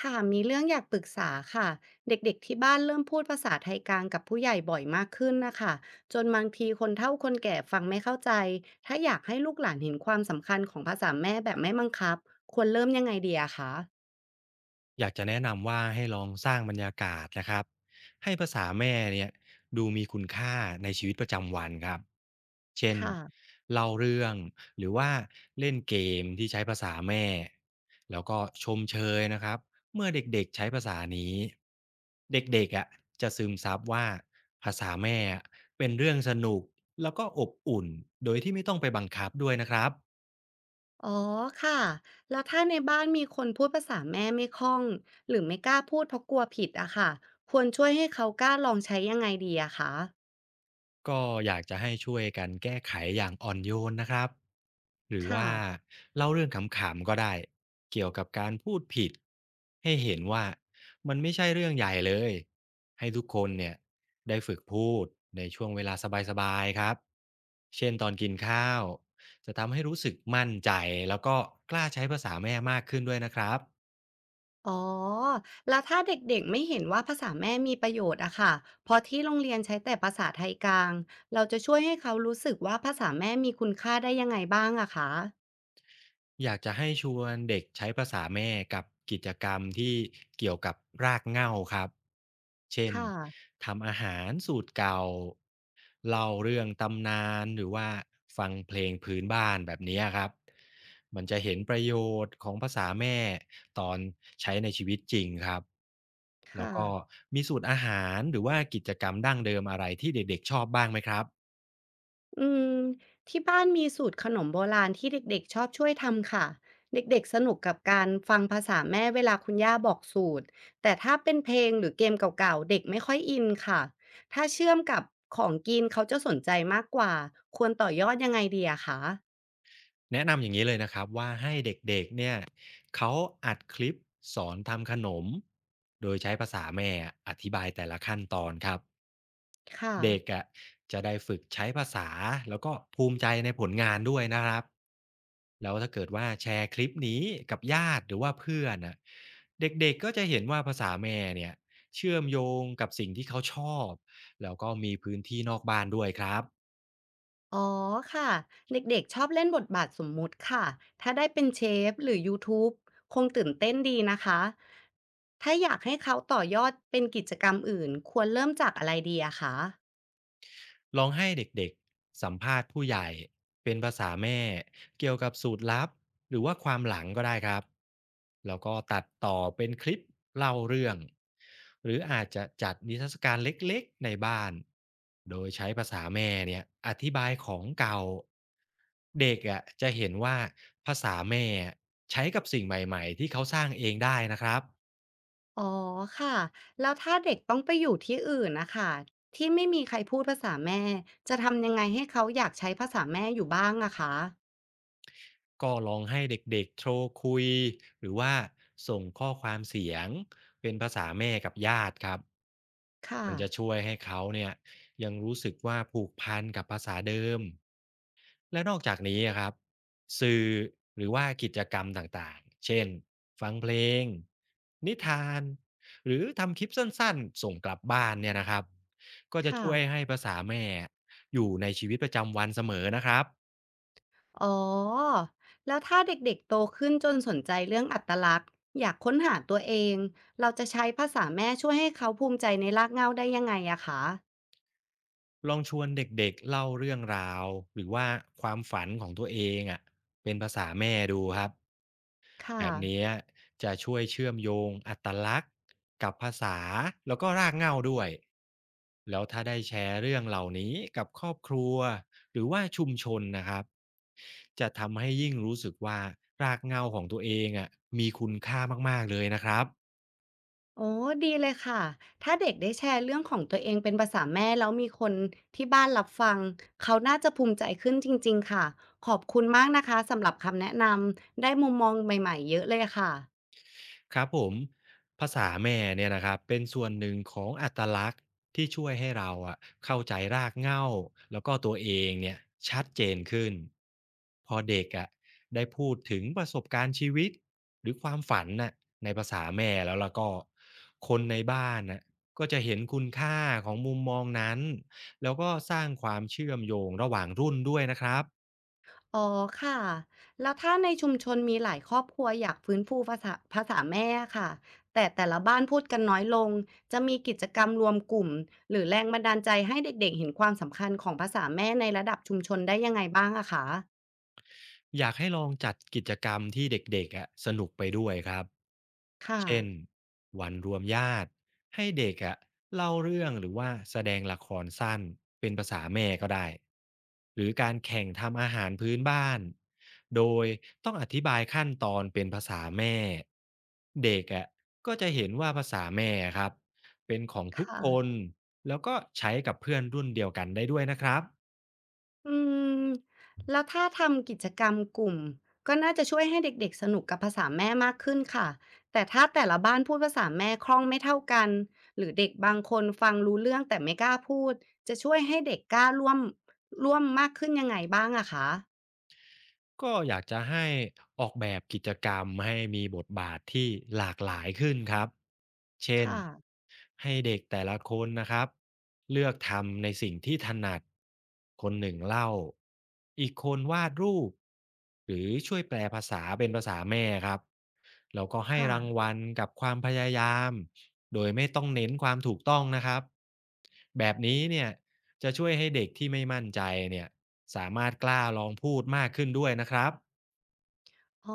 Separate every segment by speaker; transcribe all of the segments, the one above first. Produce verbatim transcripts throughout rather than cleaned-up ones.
Speaker 1: ค่ะมีเรื่องอยากปรึกษาค่ะเด็กๆที่บ้านเริ่มพูดภาษาไทยกลางกับผู้ใหญ่บ่อยมากขึ้นนะคะจนบางทีคนเฒ่าคนแก่ฟังไม่เข้าใจถ้าอยากให้ลูกหลานเห็นความสำคัญของภาษาแม่แบบไม่บังคับควรเริ่มยังไงดีอะคะ
Speaker 2: อยากจะแนะนำว่าให้ลองสร้างบรรยากาศนะครับให้ภาษาแม่เนี่ยดูมีคุณค่าในชีวิตประจำวันครับเช่น
Speaker 1: ค่ะ
Speaker 2: เล่าเรื่องหรือว่าเล่นเกมที่ใช้ภาษาแม่แล้วก็ชมเชยนะครับเมื่อเด็กๆใช้ภาษานี้เด็กๆอ่ะจะซึมซับว่าภาษาแม่เป็นเรื่องสนุกแล้วก็อบอุ่นโดยที่ไม่ต้องไปบังคับด้วยนะครับ
Speaker 1: อ๋อค่ะแล้วถ้าในบ้านมีคนพูดภาษาแม่ไม่คล่องหรือไม่กล้าพูดเพราะกลัวผิดอะค่ะควรช่วยให้เขากล้าลองใช้ยังไงดีอะคะ
Speaker 2: ก็อยากจะให้ช่วยกันแก้ไขอย่างอ่อนโยนนะครับหรือ
Speaker 1: ค่ะ
Speaker 2: ว่าเล่าเรื่องขำๆก็ได้เกี่ยวกับการพูดผิดให้เห็นว่ามันไม่ใช่เรื่องใหญ่เลยให้ทุกคนเนี่ยได้ฝึกพูดในช่วงเวลาสบายๆครับเช่นตอนกินข้าวจะทำให้รู้สึกมั่นใจแล้วก็กล้าใช้ภาษาแม่มากขึ้นด้วยนะครับ
Speaker 1: อ๋อ แล้วถ้าเด็กๆไม่เห็นว่าภาษาแม่มีประโยชน์อะค่ะพอที่โรงเรียนใช้แต่ภาษาไทยกลางเราจะช่วยให้เขารู้สึกว่าภาษาแม่มีคุณค่าได้ยังไงบ้างอะคะ
Speaker 2: อยากจะให้ชวนเด็กใช้ภาษาแม่กับกิจกรรมที่เกี่ยวกับรากเหง้าครับเช่น
Speaker 1: ค่ะ
Speaker 2: ทำอาหารสูตรเก่าเล่าเรื่องตำนานหรือว่าฟังเพลงพื้นบ้านแบบนี้ครับมันจะเห็นประโยชน์ของภาษาแม่ตอนใช้ในชีวิตจริงครับแล้ว
Speaker 1: ค่ะ
Speaker 2: ก็มีสูตรอาหารหรือว่ากิจกรรมดั้งเดิมอะไรที่เด็กๆชอบบ้างไหมครับ
Speaker 1: อืมที่บ้านมีสูตรขนมโบราณที่เด็กๆชอบช่วยทำค่ะเด็กๆสนุกกับการฟังภาษาแม่เวลาคุณย่าบอกสูตร แต่ถ้าเป็นเพลงหรือเกมเก่าๆเด็กไม่ค่อยอินค่ะถ้าเชื่อมกับของกินเขาจะสนใจมากกว่าควรต่อยอดยังไงดีอะคะ
Speaker 2: แนะนำอย่างนี้เลยนะครับว่าให้เด็กๆเนี่ยเขาอัดคลิปสอนทำขนมโดยใช้ภาษาแม่อธิบายแต่ละขั้นตอนครับ
Speaker 1: ค่ะ
Speaker 2: เด็กอ่ะจะได้ฝึกใช้ภาษาแล้วก็ภูมิใจในผลงานด้วยนะครับแล้วถ้าเกิดว่าแชร์คลิปนี้กับญาติหรือว่าเพื่อนอ่ะเด็กๆก็จะเห็นว่าภาษาแม่เนี่ยเชื่อมโยงกับสิ่งที่เขาชอบแล้วก็มีพื้นที่นอกบ้านด้วยครับ
Speaker 1: อ๋อค่ะเด็กๆชอบเล่นบทบาทสมมุติค่ะถ้าได้เป็นเชฟหรือยูทูบคงตื่นเต้นดีนะคะถ้าอยากให้เขาต่อยอดเป็นกิจกรรมอื่นควรเริ่มจากอะไรดีอะคะ
Speaker 2: ลองให้เด็กๆสัมภาษณ์ผู้ใหญ่เป็นภาษาแม่เกี่ยวกับสูตรลับหรือว่าความหลังก็ได้ครับแล้วก็ตัดต่อเป็นคลิปเล่าเรื่องหรืออาจจะจัดนิทรรศการเล็กๆในบ้านโดยใช้ภาษาแม่เนี่ยอธิบายของเก่าเด็กอ่ะจะเห็นว่าภาษาแม่ใช้กับสิ่งใหม่ๆที่เขาสร้างเองได้นะครับ
Speaker 1: อ๋อค่ะแล้วถ้าเด็กต้องไปอยู่ที่อื่นนะคะที่ไม่มีใครพูดภาษาแม่จะทำยังไงให้เขาอยากใช้ภาษาแม่อยู่บ้างอะคะ
Speaker 2: ก็ลองให้เด็กๆโทรคุยหรือว่าส่งข้อความเสียงเป็นภาษาแม่กับญาติครับ
Speaker 1: ค่ะ
Speaker 2: มันจะช่วยให้เขาเนี่ยยังรู้สึกว่าผูกพันกับภาษาเดิมและนอกจากนี้อะครับสื่อหรือว่ากิจกรรมต่างๆเช่นฟังเพลงนิทานหรือทำคลิปสั้นๆส่งกลับบ้านเนี่ยนะครับก็จะ
Speaker 1: ค่ะ
Speaker 2: ช่วยให้ภาษาแม่อยู่ในชีวิตประจำวันเสมอนะครับ
Speaker 1: อ๋อ แล้วถ้าเด็กๆ โตขึ้นจนสนใจเรื่องอัตลักษณ์อยากค้นหาตัวเอง เราจะใช้ภาษาแม่ช่วยให้เขาภูมิใจในรากเหง้าได้ยังไงอะคะ
Speaker 2: ลองชวนเด็กๆเล่าเรื่องราวหรือว่าความฝันของตัวเองอ่ะเป็นภาษาแม่ดูครับแบ
Speaker 1: ค่ะ
Speaker 2: บนี้จะช่วยเชื่อมโยงอัตลักษณ์กับภาษาแล้วก็รากเหง้าด้วยแล้วถ้าได้แชร์เรื่องเหล่านี้กับครอบครัวหรือว่าชุมชนนะครับจะทำให้ยิ่งรู้สึกว่ารากเหง้าของตัวเองอ่ะมีคุณค่ามากๆเลยนะครับ
Speaker 1: อ๋อดีเลยค่ะ ถ้าเด็กได้แชร์เรื่องของตัวเองเป็นภาษาแม่แล้วมีคนที่บ้านรับฟังเขาน่าจะภูมิใจขึ้นจริงๆ ค่ะ ขอบคุณมากนะคะสำหรับคำแนะนำได้มุมมองใหม่ๆเยอะเลยค่ะ
Speaker 2: ครับผมภาษาแม่เนี่ยนะครับเป็นส่วนหนึ่งของอัตลักษณ์ที่ช่วยให้เราอะเข้าใจรากเหง้าแล้วก็ตัวเองเนี่ยชัดเจนขึ้นพอเด็กอะได้พูดถึงประสบการณ์ชีวิตหรือความฝันน่ะในภาษาแม่แล้วแล้วก็คนในบ้านน่ะก็จะเห็นคุณค่าของมุมมองนั้นแล้วก็สร้างความเชื่อมโยงระหว่างรุ่นด้วยนะครับ
Speaker 1: อ๋อค่ะ แล้วถ้าในชุมชนมีหลายครอบครัวอยากฟื้นฟูภาษาภาษาแม่ค่ะ แต่แต่ละบ้านพูดกันน้อยลง จะมีกิจกรรมรวมกลุ่มหรือแรงบันดาลใจให้เด็กๆเห็นความสำคัญของภาษาแม่ในระดับชุมชนได้ยังไงบ้างอะคะ
Speaker 2: อยากให้ลองจัดกิจกรรมที่เด็กๆอะสนุกไปด้วยครับ
Speaker 1: ค่ะ
Speaker 2: เช่นวันรวมญาติให้เด็กอะเล่าเรื่องหรือว่าแสดงละครสั้นเป็นภาษาแม่ก็ได้ หรือการแข่งทำอาหารพื้นบ้าน โดยต้องอธิบายขั้นตอนเป็นภาษาแม่ เด็กอะก็จะเห็นว่าภาษาแม่ครับเป็นของทุก
Speaker 1: ค่ะ
Speaker 2: คน แล้วก็ใช้กับเพื่อนรุ่นเดียวกันได้ด้วยนะครับ
Speaker 1: อืมแล้วถ้าทำกิจกรรมกลุ่มก็น่าจะช่วยให้เด็กๆสนุกกับภาษาแม่มากขึ้นค่ะแต่ถ้าแต่ละบ้านพูดภาษาแม่คล่องไม่เท่ากันหรือเด็กบางคนฟังรู้เรื่องแต่ไม่กล้าพูดจะช่วยให้เด็กกล้าร่วมร่วมมากขึ้นยังไงบ้างอะคะ
Speaker 2: ก็อยากจะให้ออกแบบกิจกรรมให้มีบทบาทที่หลากหลายขึ้นครับเช่น
Speaker 1: ค่ะ
Speaker 2: ให้เด็กแต่ละคนนะครับเลือกทำในสิ่งที่ถนัดคนหนึ่งเล่าอีกคนวาดรูปหรือช่วยแปลภาษาเป็นภาษาแม่ครับแล้วก็ให้
Speaker 1: ค่ะ
Speaker 2: รางวัลกับความพยายามโดยไม่ต้องเน้นความถูกต้องนะครับแบบนี้เนี่ยจะช่วยให้เด็กที่ไม่มั่นใจเนี่ย สามารถกล้าลองพูดมากขึ้นด้วยนะครับ
Speaker 1: อ๋อ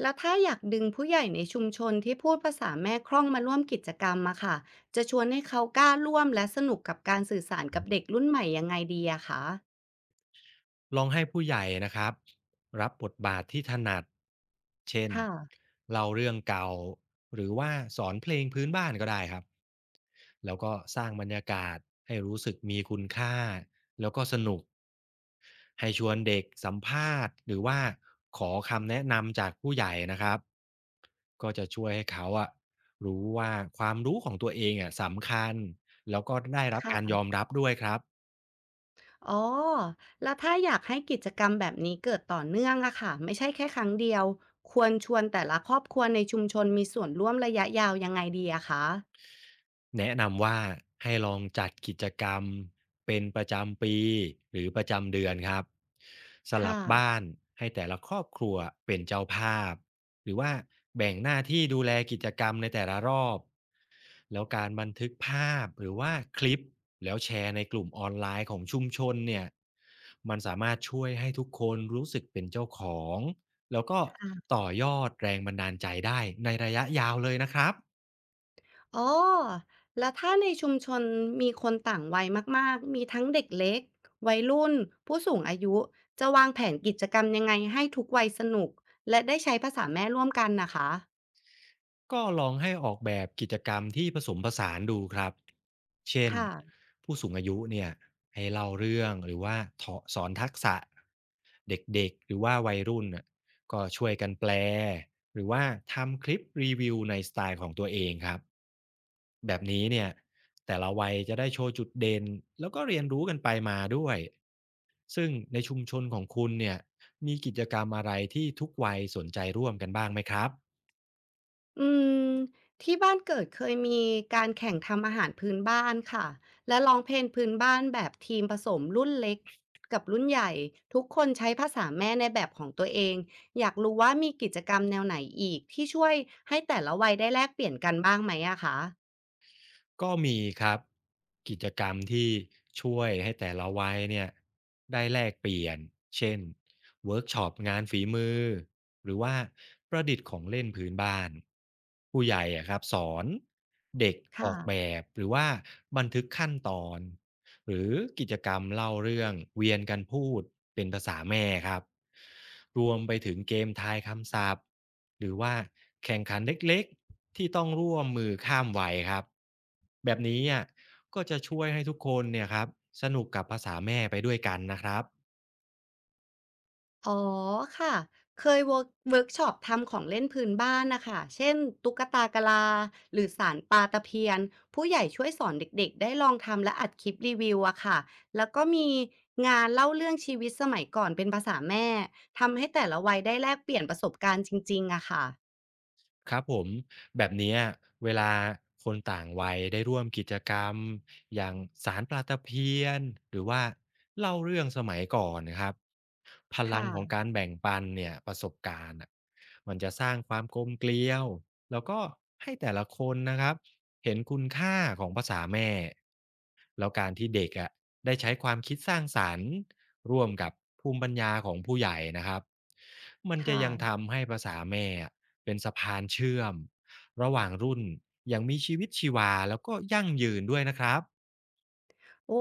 Speaker 1: แล้วถ้าอยากดึงผู้ใหญ่ในชุมชนที่พูดภาษาแม่คล่องมาร่วมกิจกรรมอะค่ะจะชวนให้เขากล้าร่วมและสนุกกับการสื่อสารกับเด็กรุ่นใหม่ยังไงดีอะคะ
Speaker 2: ลองให้ผู้ใหญ่นะครับรับบทบาทที่ถนัดเช่น
Speaker 1: ค่ะ
Speaker 2: เล่าเรื่องเก่าหรือว่าสอนเพลงพื้นบ้านก็ได้ครับ แล้วก็สร้างบรรยากาศให้รู้สึกมีคุณค่าแล้วก็สนุก ให้ชวนเด็กสัมภาษณ์หรือว่าขอคำแนะนำจากผู้ใหญ่นะครับก็จะช่วยให้เขาอะรู้ว่าความรู้ของตัวเองอะสำคัญแล้วก็ได้รับการย
Speaker 1: ค่ะ
Speaker 2: อมรับด้วยครับ
Speaker 1: อ๋อแล้วถ้าอยากให้กิจกรรมแบบนี้เกิดต่อเนื่องอะค่ะไม่ใช่แค่ครั้งเดียวควรชวนแต่ละครอบครัวในชุมชนมีส่วนร่วมระยะยาวยังไงดีอะคะ
Speaker 2: แนะนำว่าให้ลองจัดกิจกรรมเป็นประจำปีหรือประจำเดือนครับสลั
Speaker 1: ค่ะ
Speaker 2: บบ้านให้แต่ละครอบครัวเป็นเจ้าภาพหรือว่าแบ่งหน้าที่ดูแลกิจกรรมในแต่ละรอบแล้วการบันทึกภาพหรือว่าคลิปแล้วแชร์ในกลุ่มออนไลน์ของชุมชนเนี่ยมันสามารถช่วยให้ทุกคนรู้สึกเป็นเจ้าของแล้วก็
Speaker 1: ค่ะ
Speaker 2: ต่อยอดแรงบันดาลใจได้ในระยะยาวเลยนะครับ
Speaker 1: อ๋อแล้วถ้าในชุมชนมีคนต่างวัยมากๆมีทั้งเด็กเล็กวัยรุ่นผู้สูงอายุจะวางแผนกิจกรรมยังไงให้ทุกวัยสนุกและได้ใช้ภาษาแม่ร่วมกันนะคะ
Speaker 2: ก็ลองให้ออกแบบกิจกรรมที่ผสมผสานดูครับ เช่น
Speaker 1: ค่ะ
Speaker 2: ผู้สูงอายุเนี่ยให้เล่าเรื่องหรือว่าเถาะสอนทักษะเด็กๆหรือว่าวัยรุ่นน่ะก็ช่วยกันแปลหรือว่าทำคลิปรีวิวในสไตล์ของตัวเองครับแบบนี้เนี่ยแต่ละวัยจะได้โชว์จุดเด่นแล้วก็เรียนรู้กันไปมาด้วยซึ่งในชุมชนของคุณเนี่ยมีกิจกรรมอะไรที่ทุกวัยสนใจร่วมกันบ้างไหมครับ
Speaker 1: อืมที่บ้านเกิดเคยมีการแข่งทำอาหารพื้นบ้านค่ะและร้องเพลงพื้นบ้านแบบทีมผสมรุ่นเล็กกับรุ่นใหญ่ทุกคนใช้ภาษาแม่ในแบบของตัวเองอยากรู้ว่ามีกิจกรรมแนวไหนอีกที่ช่วยให้แต่ละวัยได้แลกเปลี่ยนกันบ้างไหมอะคะ
Speaker 2: ก็มีครับกิจกรรมที่ช่วยให้แต่ละวัยเนี่ยได้แลกเปลี่ยนเช่นเวิร์กช็อปงานฝีมือหรือว่าประดิษฐ์ของเล่นพื้นบ้านผู้ใหญ่อะครับสอนเด็กอ
Speaker 1: ค่ะ
Speaker 2: อกแบบหรือว่าบันทึกขั้นตอนหรือกิจกรรมเล่าเรื่องเวียนกันพูดเป็นภาษาแม่ครับ รวมไปถึงเกมทายคำศัพท์หรือว่าแข่งขันเล็กๆที่ต้องร่วมมือข้ามวัยครับแบบนี้อ่ะก็จะช่วยให้ทุกคนเนี่ยครับสนุกกับภาษาแม่ไปด้วยกันนะครับ
Speaker 1: อ๋อค่ะเคยเวิร์กเวิร์กช็อปทำของเล่นพื้นบ้านนะคะเช่นตุ๊กตากะลาหรือสานปลาตะเพียนผู้ใหญ่ช่วยสอนเด็กๆได้ลองทำและอัดคลิปรีวิวอะค่ะแล้วก็มีงานเล่าเรื่องชีวิตสมัยก่อนเป็นภาษาแม่ทำให้แต่ละวัยได้แลกเปลี่ยนประสบการณ์จริงๆอะค่ะ
Speaker 2: ครับผมแบบเนี้ยเวลาคนต่างวัยได้ร่วมกิจกรรมอย่างสารปลาตะเพียนหรือว่าเล่าเรื่องสมัยก่อนนะครับ พ
Speaker 1: ค
Speaker 2: ลังของ
Speaker 1: ่ะ
Speaker 2: การแบ่งปันเนี่ยประสบการณ์อะมันจะสร้างความกลมเกลียวแล้วก็ให้แต่ละคนนะครับเห็นคุณค่าของภาษาแม่แล้วการที่เด็กอะได้ใช้ความคิดสร้างสารรค์ร่วมกับภูมิปัญญาของผู้ใหญ่นะครับมันจะ
Speaker 1: ค่ะ
Speaker 2: ยังทำให้ภาษาแม่อะเป็นสะพานเชื่อมระหว่างรุ่นอย่างมีชีวิตชีวาแล้วก็ยั่งยืนด้วยนะครับ
Speaker 1: โอ้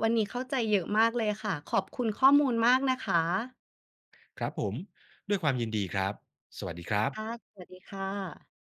Speaker 1: วันนี้เข้าใจเยอะมากเลยค่ะขอบคุณข้อมูลมากนะคะ
Speaker 2: ครับผมด้วยความยินดีครับสวัสดีครับ
Speaker 1: ค่ะสวัสดีค่ะ